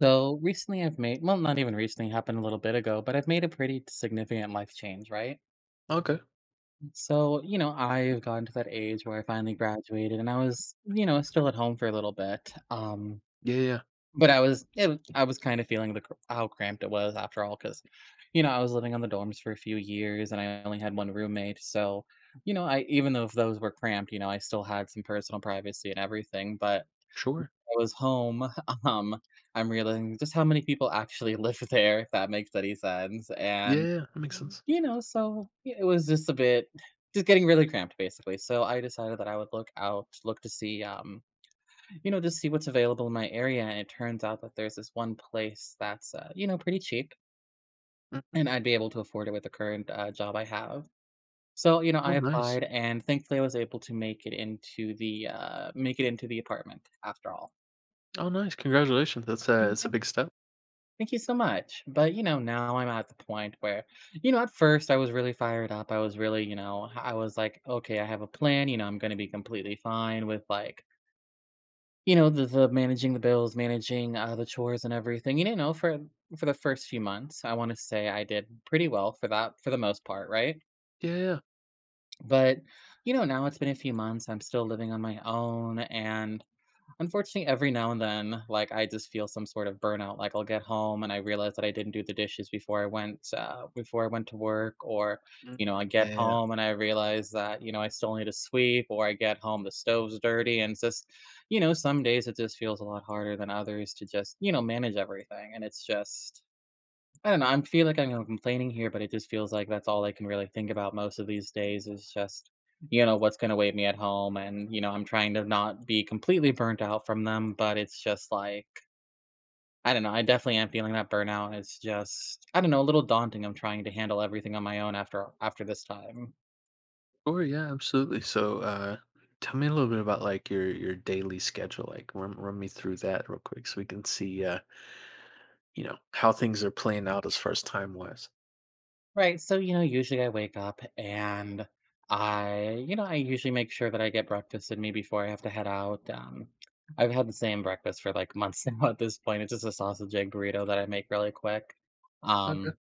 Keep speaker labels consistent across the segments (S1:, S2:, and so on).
S1: So recently, I've made, well, not even recently, happened a little bit ago, but I've made a pretty significant life change, right?
S2: Okay.
S1: So, you know, I've gotten to that age where I finally graduated and I was, you know, still at home for a little bit.
S2: Yeah, yeah, yeah.
S1: But I was kind of feeling the how cramped it was after all, because, you know, I was living on the dorms for a few years and I only had one roommate. So, you know, I, even though if those were cramped, you know, I still had some personal privacy and everything. But
S2: Sure.
S1: I was home, um, I'm realizing just how many people actually live there, if that makes any sense,
S2: Yeah, yeah,
S1: and,
S2: yeah, that makes sense.
S1: you know, so yeah, it was just a bit just getting really cramped, basically, so I decided that I would look to see, you know, just see what's available in my area, and it turns out that there's this one place that's, you know, pretty cheap,
S2: Mm.
S1: and I'd be able to afford it with the current, job I have. So, you know,
S2: Oh,
S1: I
S2: nice.
S1: applied, and thankfully I was able to make it into the make it into the apartment after all.
S2: Oh, nice. Congratulations. That's a
S1: Mm,
S2: it's a
S1: thank you.
S2: big step.
S1: Thank you so much. But, you know, now I'm at the point where, you know, at first I was really fired up. I was really, you know, I was like, okay, I have a plan. You know, I'm going to be completely fine with like, you know, the managing the bills, managing the chores and everything. And, you know, for the first few months, I want to say I did pretty well for that for the most part, right?
S2: Yeah, yeah.
S1: But, you know, now it's been a few months. I'm still living on my own and unfortunately, every now and then, like, I just feel some sort of burnout, like, I'll get home and I realize that I didn't do the dishes before I before I went to work, or,
S2: Mm,
S1: you know, I get
S2: yeah, yeah.
S1: home and I realize that, you know, I still need to sweep, or I get home, the stove's dirty, and it's just, you know, some days it just feels a lot harder than others to just, you know, manage everything, and it's just I don't know, I'm feel like I'm complaining here, but it just feels like that's all I can really think about most of these days is just, you know, what's gonna wait me at home, and, you know, I'm trying to not be completely burnt out from them, but it's just like I don't know, I definitely am feeling that burnout, it's just, I don't know, a little daunting, I'm trying to handle everything on my own after this time.
S2: Sure, yeah, absolutely. So, tell me a little bit about, like, your daily schedule, like, run me through that real quick so we can see, how things are playing out as far as time-wise.
S1: Right. So, you know, usually I wake up and I, you know, I usually make sure that I get breakfast in me before I have to head out. I've had the same breakfast for like months now at this point. It's just a sausage egg burrito that I make really quick.
S2: Okay.
S1: Um,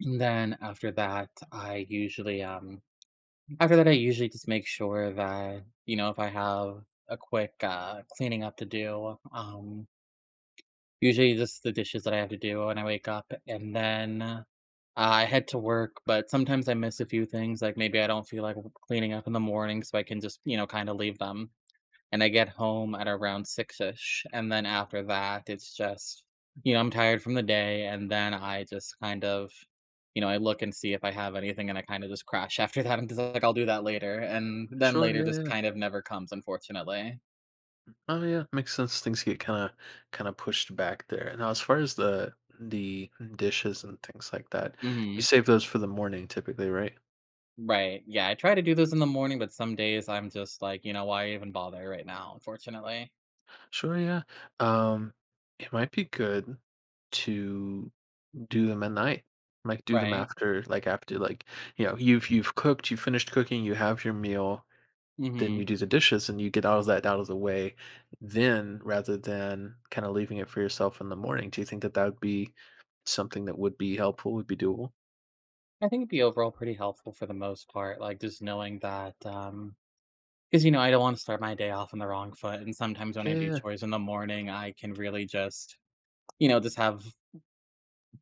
S1: and then after that, after that, I usually just make sure that, you know, if I have a quick cleaning up to do, usually just the dishes that I have to do when I wake up, and then, I head to work, but sometimes I miss a few things, like, maybe I don't feel like cleaning up in the morning, so I can just, you know, kinda leave them, and I get home at around 6-ish, and then after that, it's just you know, I'm tired from the day, and then I just kind of you know, I look and see if I have anything, and I kinda just crash after that. I'm just like, "I'll do that later," and then
S2: Sure,
S1: later
S2: yeah,
S1: just
S2: yeah.
S1: kind of never comes, unfortunately.
S2: Oh, yeah, makes sense. Things get kinda pushed back there. Now as far as the dishes and things like that, you
S1: Mhm.
S2: save those for the morning typically, right?
S1: Right, yeah, I try to do those in the morning, but some days I'm just like, you know, why even bother right now, unfortunately.
S2: Sure, yeah. Um, it might be good to do them at night. Like do them
S1: Right.
S2: after, like you've cooked, you finished cooking, you have your meal, then you
S1: Mhm.
S2: do the dishes, and you get all of that out of the way. Then, rather than kind of leaving it for yourself in the morning, do you think that that would be something that would be helpful? Would be doable?
S1: I think it'd be overall pretty helpful for the most part, like, just knowing that, because you know, I don't wanna start my day off on the wrong foot, and sometimes when I do
S2: Yeah.
S1: chores in the morning, I can really just, you know, just have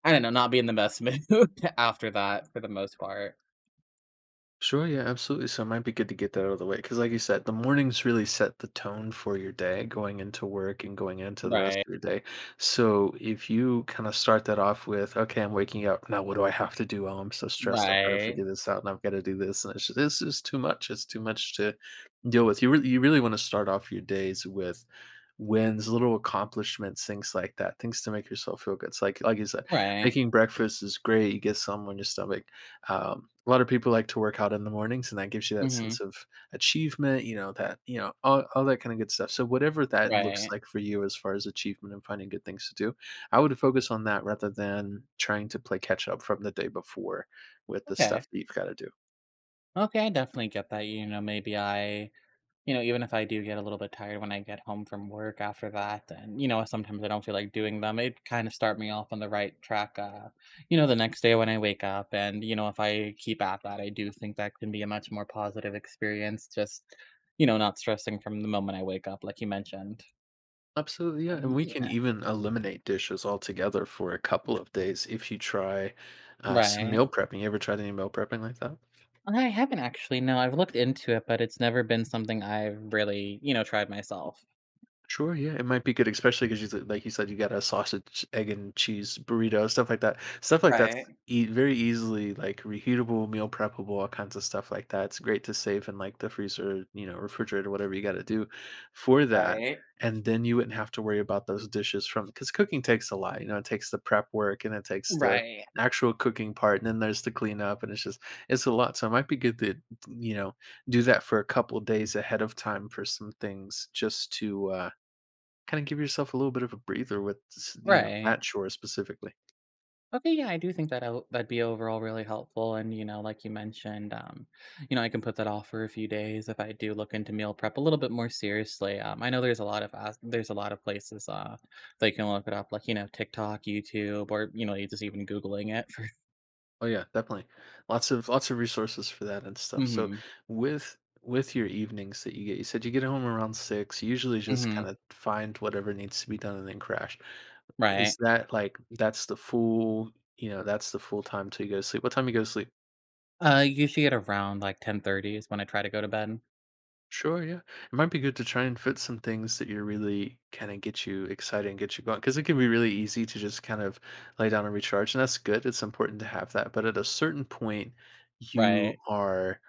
S1: I don't know, not be in the best mood after that for the most part.
S2: Sure, yeah, absolutely. So it might be good to get that out of the way because, like you said, the mornings really set the tone for your day going into work and going into the rest
S1: Right.
S2: of your day. So if you kind of start that off with, okay, I'm waking up now. What do I have to do? Oh, I'm so stressed. I've got to
S1: Right.
S2: figure this out, and I've got to do this, and it's just, this is too much. It's too much to deal with. You really want to start off your days with wins, little accomplishments, things like that, things to make yourself feel good. It's like you said,
S1: Right.
S2: making breakfast is great. You get some on your stomach. A lot of people like to work out in the mornings, and that gives you that
S1: Mhm.
S2: sense of achievement, that, all that kind of good stuff. So, whatever that looks
S1: Right.
S2: like for you as far as achievement and finding good things to do, I would focus on that rather than trying to play catch up from the day before with the stuff
S1: Okay.
S2: that you've got to do.
S1: Okay, I definitely get that, you know, maybe I you know, even if I do get a little bit tired when I get home from work after that, and you know, sometimes I don't feel like doing them. It kind of start me off on the right track, you know, the next day when I wake up. And you know, if I keep at that, I do think that can be a much more positive experience. Just you know, not stressing from the moment I wake up, like you mentioned.
S2: Absolutely, yeah. And we
S1: Yeah.
S2: can even eliminate dishes altogether for a couple of days if you try some meal
S1: Right.
S2: prepping. You ever tried any meal prepping like that?
S1: I haven't actually. No, I've looked into it, but it's never been something I've really, you know, tried myself.
S2: Sure, yeah, it might be good, especially because you like you said, you got a sausage, egg, and cheese burrito, stuff like that. Stuff like that's
S1: Right.
S2: eat very easily like reheatable, meal preppable, all kinds of stuff like that. It's great to save in like the freezer, you know, refrigerator, whatever you got to do for that.
S1: Right.
S2: And then you wouldn't have to worry about those dishes from because cooking takes a lot. You know, it takes the prep work and it takes the
S1: Right.
S2: actual cooking part, and then there's the cleanup, and it's a lot. So it might be good to you know do that for a couple days ahead of time for some things just to. Kinda give yourself a little bit of a breather with
S1: Right.
S2: that shore specifically.
S1: Okay, yeah, I do think that that'd be overall really helpful. And, you know, like you mentioned, you know, I can put that off for a few days if I do look into meal prep a little bit more seriously. I know there's a lot of as- there's a lot of places that you can look it up, like, you know, TikTok, YouTube, or, you know, you just even Googling it. For,
S2: Oh, yeah, definitely. Lots of resources for that and stuff. So,
S1: mm-hmm,
S2: with your evenings that you said you get home around 6, you usually just
S1: mm-hmm,
S2: kinda find whatever needs to be done and then crash. Is
S1: right.
S2: that, like that's the full time till you go to sleep? What time you go to sleep?
S1: Usually at around like 10:30 is when I try to go to bed.
S2: Sure, yeah. It might be good to try and fit some things that you really kind of get you excited and get you going because it can be really easy to just kind of lay down and recharge, and that's good. It's important to have that. But at a certain point, you
S1: Right,
S2: are,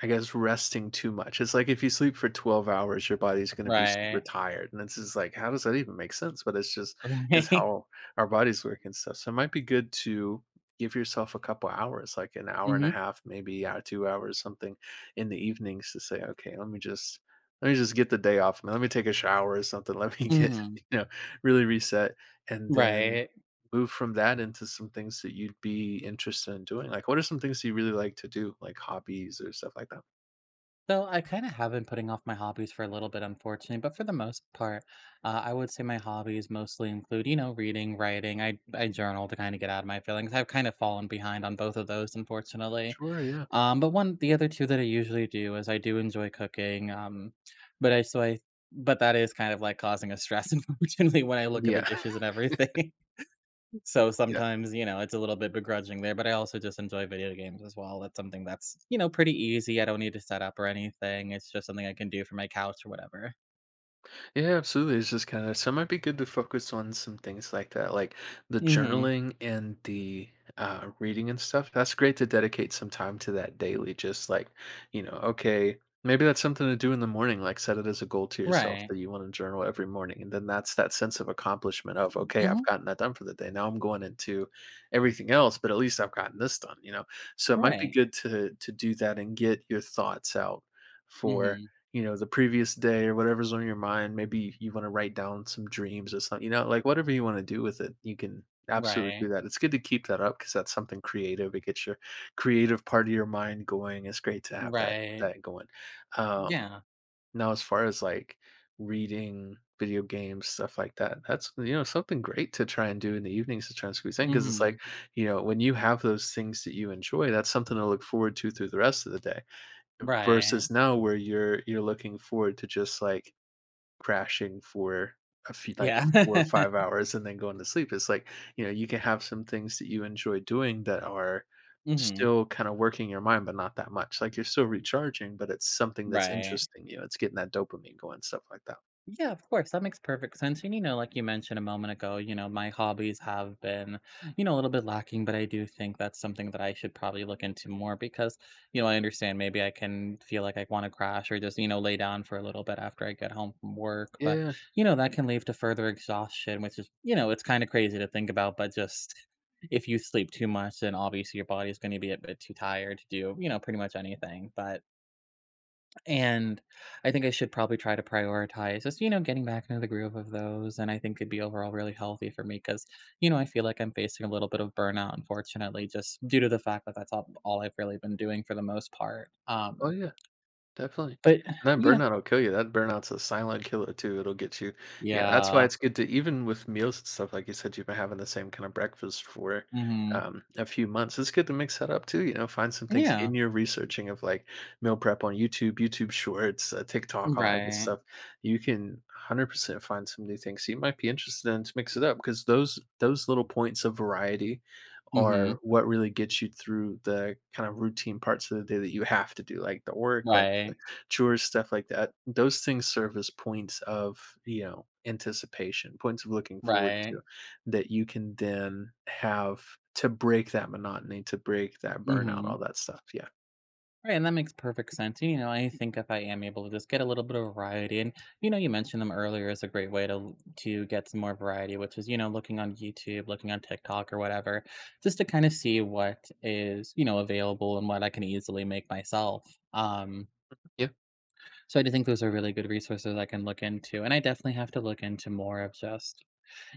S2: I guess, resting too much. It's like if you sleep for 12 hours, your body's going to be super
S1: right,
S2: tired. And it's just like, how does that even make sense? But it's just, it's
S1: right.
S2: how our bodies work and stuff. So it might be good to give yourself a couple hours, like an hour and a
S1: Mm-hmm,
S2: half, maybe 2 hours, something in the evenings to say, "Okay, let me just get the day off, let me take a shower or something. Let me get,
S1: mm-hmm,
S2: really reset." And then
S1: right.
S2: move from that into some things that you'd be interested in doing. Like, what are some things you really like to do, like hobbies or stuff like that?
S1: So I kind of have been putting off my hobbies for a little bit, unfortunately, but for the most part, I would say my hobbies mostly include, you know, reading, writing. I journal to kind of get out of my feelings. I've kind of fallen behind on both of those, unfortunately.
S2: Sure, yeah.
S1: But one, the other two that I usually do is I do enjoy cooking. But I so I But that is kind of like causing a stress, unfortunately, when I look at the
S2: Yeah.
S1: dishes and everything. So sometimes, you know, it's a little bit begrudging there, but I also just enjoy video games as well. That's something that's, you know, pretty easy. I don't need to set up or anything. It's just something I can do from my couch or whatever.
S2: Yeah, absolutely. It's just kind of so it might be good to focus on some things like that, like the
S1: Mhm.
S2: journaling and the reading and stuff. That's great to dedicate some time to that daily. Just like, okay, maybe that's something to do in the morning. Like set it as a goal to yourself
S1: Right.
S2: that you want to journal every morning, and then that's that sense of accomplishment of okay, I've
S1: Mhm.
S2: gotten that done for the day. Now I'm going into everything else, but at least I've gotten this done. You know, so it might be
S1: Right.
S2: good to do that and get your thoughts out for
S1: Mhm.
S2: the previous day or whatever's on your mind. Maybe you want to write down some dreams or something. Like whatever you want to do with it, you can absolutely do
S1: Right.
S2: that. It's good to keep that up because that's something creative. It gets your creative part of your mind going. It's great to have that
S1: Right.
S2: that going. um
S1: Yeah.
S2: now as far as like reading, video games, stuff like that, that's something great to try and do in the evenings to try and squeeze in because it's
S1: Mhm.
S2: like, when you have those things that you enjoy, that's something to look forward to through the rest of the day.
S1: Right.
S2: Versus now where you're looking forward to just, like, crashing for a few like,
S1: Yeah.
S2: 4 or 5 hours and then going to sleep. It's like, you can have some things that you enjoy doing that are
S1: Mhm.
S2: still kinda working your mind, but not that much. Like, you're still recharging, but it's something that's
S1: Right.
S2: interesting you. It's getting that dopamine going, stuff like that.
S1: Yeah, of course. That makes perfect sense. And, you know, like you mentioned a moment ago, you know, my hobbies have been, you know, a little bit lacking, but I do think that's something that I should probably look into more because, you know, I understand maybe I can feel like I want to crash or just, you know, lay down for a little bit after I get home from work. But,
S2: Yeah.
S1: you know, that can lead to further exhaustion, which is, you know, it's kind of crazy to think about, but just if you sleep too much, then obviously your body's going to be a bit too tired to do, you know, pretty much anything. But, and I think I should probably try to prioritize just, you know, getting back into the groove of those. And I think it'd be overall really healthy for me because, you know, I feel like I'm facing a little bit of burnout, unfortunately, just due to the fact that all I've really been doing for the most part.
S2: Oh, yeah. Definitely.
S1: But,
S2: And that
S1: you know,
S2: burnout will kill you. That burnout's a silent killer too. It'll get you. Yeah, that's why
S1: yeah.
S2: it's good to even with meals and stuff, like you said, you've been having the same kind of breakfast for
S1: Hmm.
S2: a few months. It's good to mix that up too. You know, find some things in
S1: Yeah.
S2: your researching of like meal prep on YouTube, YouTube Shorts, TikTok, all that good
S1: Right.
S2: stuff. You can 100% find some new things so you might be interested in to mix it up because those little points of variety
S1: Hmm.
S2: are what really gets you through the kind of routine parts of the day that you have to do, like the work, like the
S1: Right.
S2: chores, stuff like that. Those things serve as points of, anticipation, points of looking forward to
S1: Right.
S2: that you can then have to break that monotony, to break that burnout,
S1: Mm-hmm,
S2: all that stuff. Yeah.
S1: right, and that makes perfect sense. And, you know, I think if I am able to just get a little bit of variety, and you know, you mentioned them earlier is a great way to get some more variety, which is you know, looking on YouTube, looking on TikTok or whatever, just to kind of see what is you know available and what I can easily make myself. Um,
S2: Yeah.
S1: so I do think those are really good resources I can look into, and I definitely have to look into more of just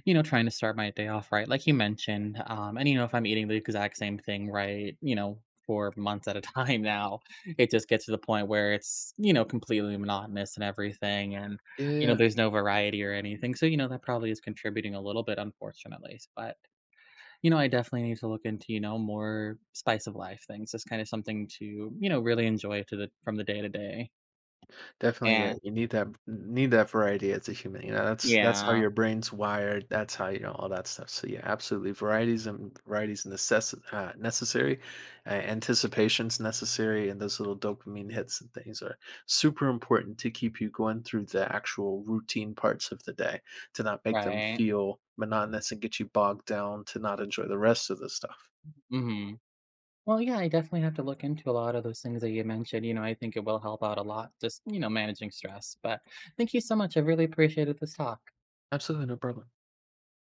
S1: you know, trying to start my day off right, like you mentioned. And you know, if I'm eating the exact same thing right, you know, for months at a time now, it just gets to the point where it's, you know, completely monotonous and everything. And,
S2: Yeah.
S1: you know,
S2: yeah.
S1: there's no variety or anything. So, you know, that probably is contributing a little bit, unfortunately. But, you know, I definitely need to look into, you know, more spice of life things. Just kind of something to, you know, really enjoy to the from the day to day.
S2: Definitely, yeah,
S1: And
S2: you need that variety as a human, that's how
S1: yeah,
S2: your brain's wired, that's how, all that stuff, so yeah, absolutely, variety's necessary, a anticipation's necessary, and those little dopamine hits and things are super important to keep you going through the actual routine parts of the day, to not make them
S1: right.
S2: feel monotonous and get you bogged down, to not enjoy the rest of the stuff.
S1: Mm-hmm. Well, yeah, I definitely have to look into a lot of those things that you mentioned. You know, I think it will help out a lot, just, you know, managing stress. But thank you so much. I really appreciated this talk.
S2: Absolutely, no problem.